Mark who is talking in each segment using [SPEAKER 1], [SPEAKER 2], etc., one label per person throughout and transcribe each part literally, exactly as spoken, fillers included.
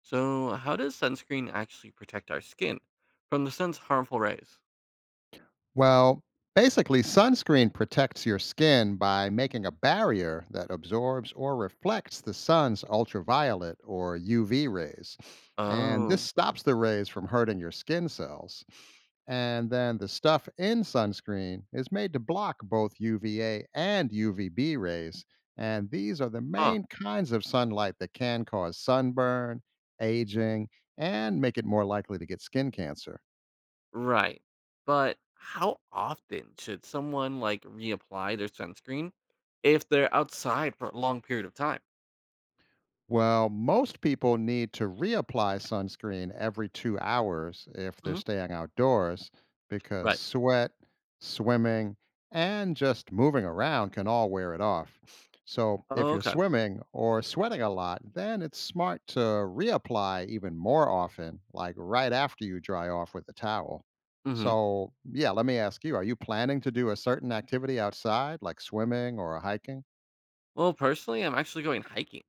[SPEAKER 1] So, how does sunscreen actually protect our skin from the sun's harmful rays?
[SPEAKER 2] Well, basically, sunscreen protects your skin by making a barrier that absorbs or reflects the sun's ultraviolet or U V rays. And this
[SPEAKER 1] Oh,
[SPEAKER 2] stops the rays from hurting your skin cells. And then the stuff in sunscreen is made to block both U V A and U V B rays. And these are the
[SPEAKER 1] huh,
[SPEAKER 2] main kinds of sunlight that can cause sunburn, aging, and make it more likely to get skin cancer.
[SPEAKER 1] right. But how often should someone like reapply their sunscreen if they're outside for a long period of time?
[SPEAKER 2] Well, most people need to reapply sunscreen every two hours if they're
[SPEAKER 1] Hmm.
[SPEAKER 2] staying outdoors because
[SPEAKER 1] Right.
[SPEAKER 2] sweat, swimming, and just moving around can all wear it off. So, if
[SPEAKER 1] Oh,
[SPEAKER 2] you're
[SPEAKER 1] okay.
[SPEAKER 2] swimming or sweating a lot, then it's smart to reapply even more often, like right after you dry off with a towel.
[SPEAKER 1] Hmm.
[SPEAKER 2] So, yeah, let me ask you, are you planning to do a certain activity outside, like swimming or hiking?
[SPEAKER 1] Well, personally, I'm actually going hiking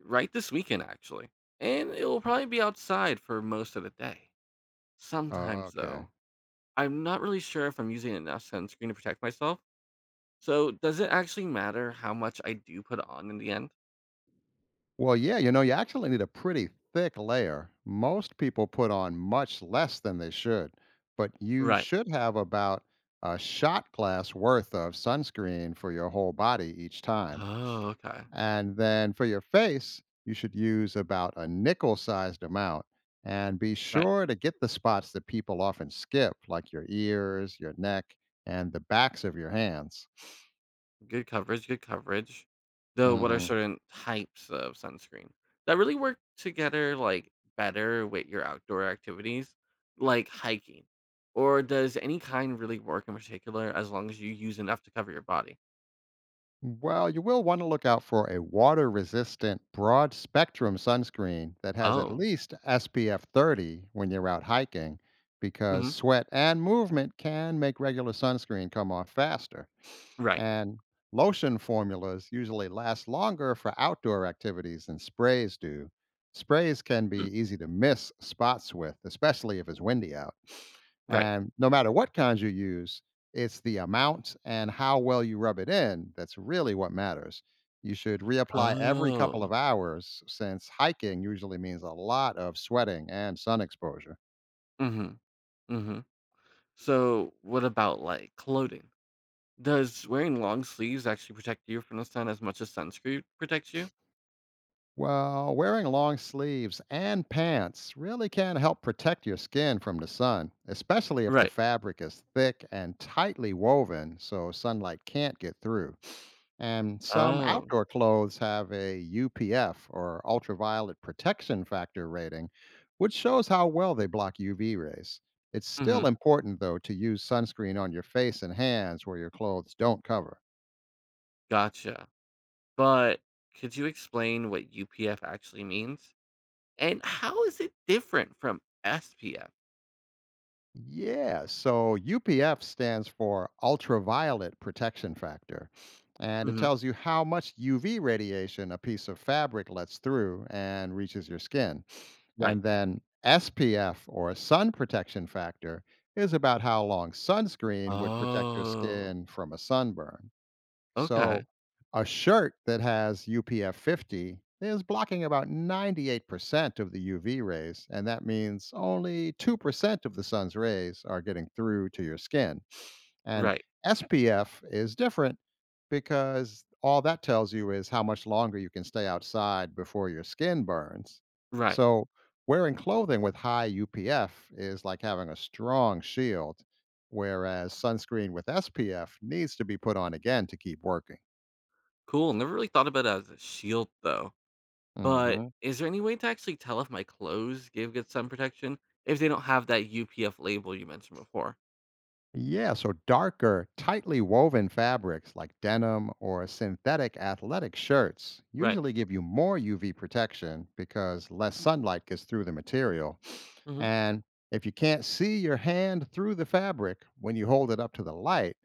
[SPEAKER 1] right this weekend, actually, and it will probably be outside for most of the day. Sometimes,
[SPEAKER 2] Okay.
[SPEAKER 1] though, I'm not really sure if I'm using enough sunscreen to protect myself. So, does it actually matter how much I do put on in the end?
[SPEAKER 2] Well, yeah, you know, you actually need a pretty thick layer. Most people put on much less than they should, but you
[SPEAKER 1] Right.
[SPEAKER 2] should have about a shot glass worth of sunscreen for your whole body each time.
[SPEAKER 1] Oh, okay.
[SPEAKER 2] And then for your face, you should use about a nickel sized amount. And be
[SPEAKER 1] Right.
[SPEAKER 2] sure to get the spots that people often skip, like your ears, your neck, and the backs of your hands.
[SPEAKER 1] Good coverage, good coverage. Though what are
[SPEAKER 2] hmm
[SPEAKER 1] certain types of sunscreen that really work together like better with your outdoor activities, like hiking? Or does any kind really work in particular as long as you use enough to cover your body?
[SPEAKER 2] Well, you will want to look out for a water resistant, broad spectrum sunscreen that has at
[SPEAKER 1] Oh.
[SPEAKER 2] least S P F thirty when you're out hiking, because
[SPEAKER 1] Mhm.
[SPEAKER 2] sweat and movement can make regular sunscreen come off faster.
[SPEAKER 1] Right.
[SPEAKER 2] And lotion formulas usually last longer for outdoor activities than sprays do. Sprays can
[SPEAKER 1] Hmm.
[SPEAKER 2] be easy to miss spots with, especially if it's windy out.
[SPEAKER 1] Right.
[SPEAKER 2] And no matter what kinds you use, it's the amount and how well you rub it in that's really what matters. You should reapply every
[SPEAKER 1] Oh.
[SPEAKER 2] couple of hours since hiking usually means a lot of sweating and sun exposure.
[SPEAKER 1] Mhm. Mhm. So, what about like clothing? Does wearing long sleeves actually protect you from the sun as much as sunscreen protects you?
[SPEAKER 2] Well, wearing long sleeves and pants really can help protect your skin from the sun, especially if the
[SPEAKER 1] Right.
[SPEAKER 2] fabric is thick and tightly woven so sunlight can't get through. And some
[SPEAKER 1] Oh,
[SPEAKER 2] outdoor clothes have a U P F or ultraviolet protection factor rating, which shows how well they block U V rays. It's
[SPEAKER 1] mhm,
[SPEAKER 2] still important, though, to use sunscreen on your face and hands where your clothes don't cover.
[SPEAKER 1] gotcha. But could you explain what U P F actually means? And how is it different from S P F?
[SPEAKER 2] Yeah, so U P F stands for ultraviolet protection factor, and it
[SPEAKER 1] Mhm.
[SPEAKER 2] tells you how much U V radiation a piece of fabric lets through and reaches your skin.
[SPEAKER 1] Right.
[SPEAKER 2] And then S P F or sun protection factor is about how long sunscreen would protect your
[SPEAKER 1] Oh,
[SPEAKER 2] skin from a sunburn.
[SPEAKER 1] okay.
[SPEAKER 2] So a shirt that has U P F fifty is blocking about ninety-eight percent of the U V rays, and that means only two percent of the sun's rays are getting through to your skin. And
[SPEAKER 1] Right,
[SPEAKER 2] S P F is different because all that tells you is how much longer you can stay outside before your skin burns.
[SPEAKER 1] right.
[SPEAKER 2] So, wearing clothing with high U P F is like having a strong shield, whereas sunscreen with S P F needs to be put on again to keep working.
[SPEAKER 1] Cool. Never really thought about it as a shield though. But
[SPEAKER 2] hmm
[SPEAKER 1] is there any way to actually tell if my clothes give good sun protection if they don't have that U P F label you mentioned before?
[SPEAKER 2] Yeah, so darker, tightly woven fabrics like denim or synthetic athletic shirts
[SPEAKER 1] Right.
[SPEAKER 2] usually give you more U V protection because less sunlight gets through the material.
[SPEAKER 1] Hmm.
[SPEAKER 2] And if you can't see your hand through the fabric when you hold it up to the light,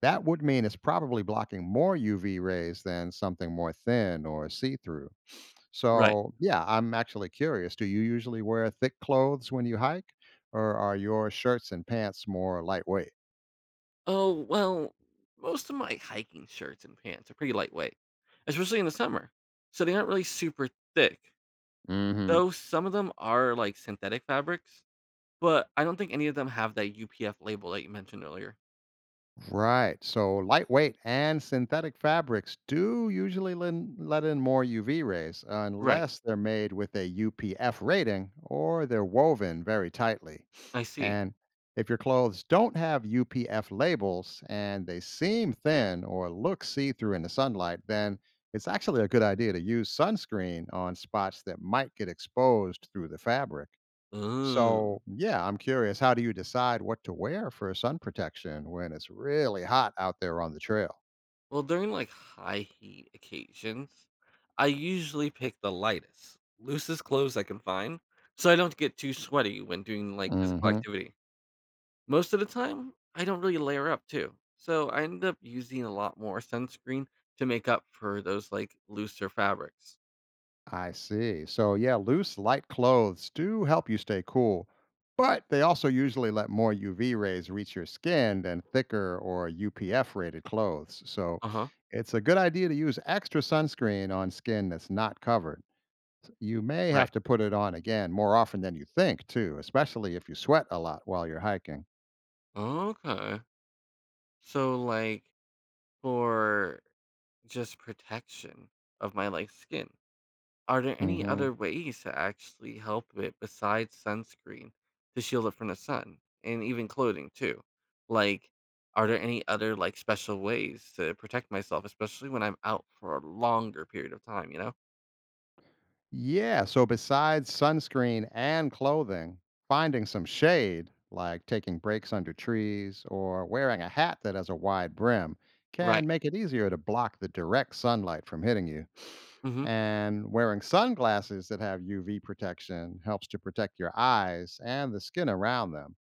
[SPEAKER 2] that would mean it's probably blocking more U V rays than something more thin or see through.
[SPEAKER 1] Right.
[SPEAKER 2] So, yeah, I'm actually curious. Do you usually wear thick clothes when you hike, or are your shirts and pants more lightweight?
[SPEAKER 1] Oh, well, most of my hiking shirts and pants are pretty lightweight, especially in the summer. So they aren't really super thick.
[SPEAKER 2] hmm
[SPEAKER 1] Though some of them are like synthetic fabrics, but I don't think any of them have that U P F label that you mentioned earlier.
[SPEAKER 2] Right. So lightweight and synthetic fabrics do usually lin- let in more U V rays
[SPEAKER 1] Right.
[SPEAKER 2] unless they're made with a U P F rating or they're woven very tightly.
[SPEAKER 1] I see.
[SPEAKER 2] And if your clothes don't have U P F labels and they seem thin or look see through in the sunlight, then it's actually a good idea to use sunscreen on spots that might get exposed through the fabric.
[SPEAKER 1] Ooh.
[SPEAKER 2] So, yeah, I'm curious, how do you decide what to wear for sun protection when it's really hot out there on the trail?
[SPEAKER 1] Well, during like high heat occasions, I usually pick the lightest, loosest clothes I can find so I don't get too sweaty when doing like physical
[SPEAKER 2] hmm
[SPEAKER 1] activity. Most of the time, I don't really layer up too. So I end up using a lot more sunscreen to make up for those like looser fabrics.
[SPEAKER 2] I see. So, yeah, loose, light clothes do help you stay cool, but they also usually let more U V rays reach your skin than thicker or U P F rated clothes. So,
[SPEAKER 1] Uh huh.
[SPEAKER 2] it's a good idea to use extra sunscreen on skin that's not covered. You may
[SPEAKER 1] Right.
[SPEAKER 2] have to put it on again more often than you think, too, especially if you sweat a lot while you're hiking.
[SPEAKER 1] Okay. So like for just protection of my like skin, are there any other
[SPEAKER 2] hmm
[SPEAKER 1] ways to actually help it besides sunscreen to shield it from the sun and even clothing too? Like are there any other like special ways to protect myself especially when I'm out for a longer period of time, you know?
[SPEAKER 2] Yeah. So besides sunscreen and clothing, finding some shade, like taking breaks under trees or wearing a hat that has a wide brim,
[SPEAKER 1] Right.
[SPEAKER 2] can make it easier to block the direct sunlight from hitting you.
[SPEAKER 1] Mhm.
[SPEAKER 2] And wearing sunglasses that have U V protection helps to protect your eyes and the skin around them.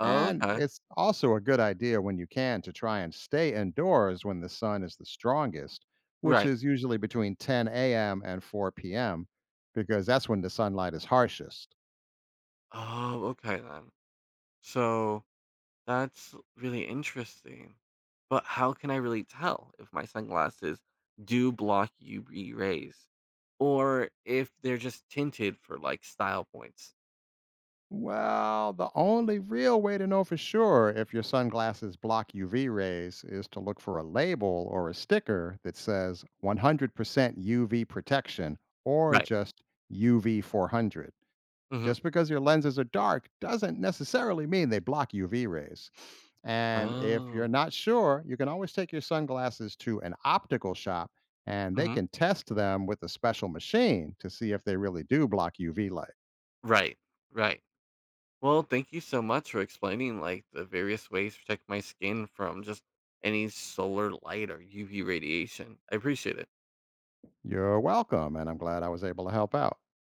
[SPEAKER 2] And
[SPEAKER 1] Okay.
[SPEAKER 2] it's also a good idea, when you can, to try and stay indoors when the sun is the strongest, which
[SPEAKER 1] Right.
[SPEAKER 2] is usually between ten a m and four p m, because that's when the sunlight is harshest.
[SPEAKER 1] Oh, okay then. So that's really interesting. But how can I really tell if my sunglasses do block U V rays or if they're just tinted for like style points?
[SPEAKER 2] Well, the only real way to know for sure if your sunglasses block U V rays is to look for a label or a sticker that says one hundred percent U V protection or
[SPEAKER 1] Right.
[SPEAKER 2] just U V four hundred.
[SPEAKER 1] Mhm.
[SPEAKER 2] Just because your lenses are dark doesn't necessarily mean they block U V rays. And if you're
[SPEAKER 1] Oh.
[SPEAKER 2] not sure, you can always take your sunglasses to an optical shop and they
[SPEAKER 1] Mhm.
[SPEAKER 2] can test them with a special machine to see if they really do block U V light.
[SPEAKER 1] Right. Right. Well, thank you so much for explaining like the various ways to protect my skin from just any solar light or U V radiation. I appreciate it.
[SPEAKER 2] You're welcome, and I'm glad I was able to help out.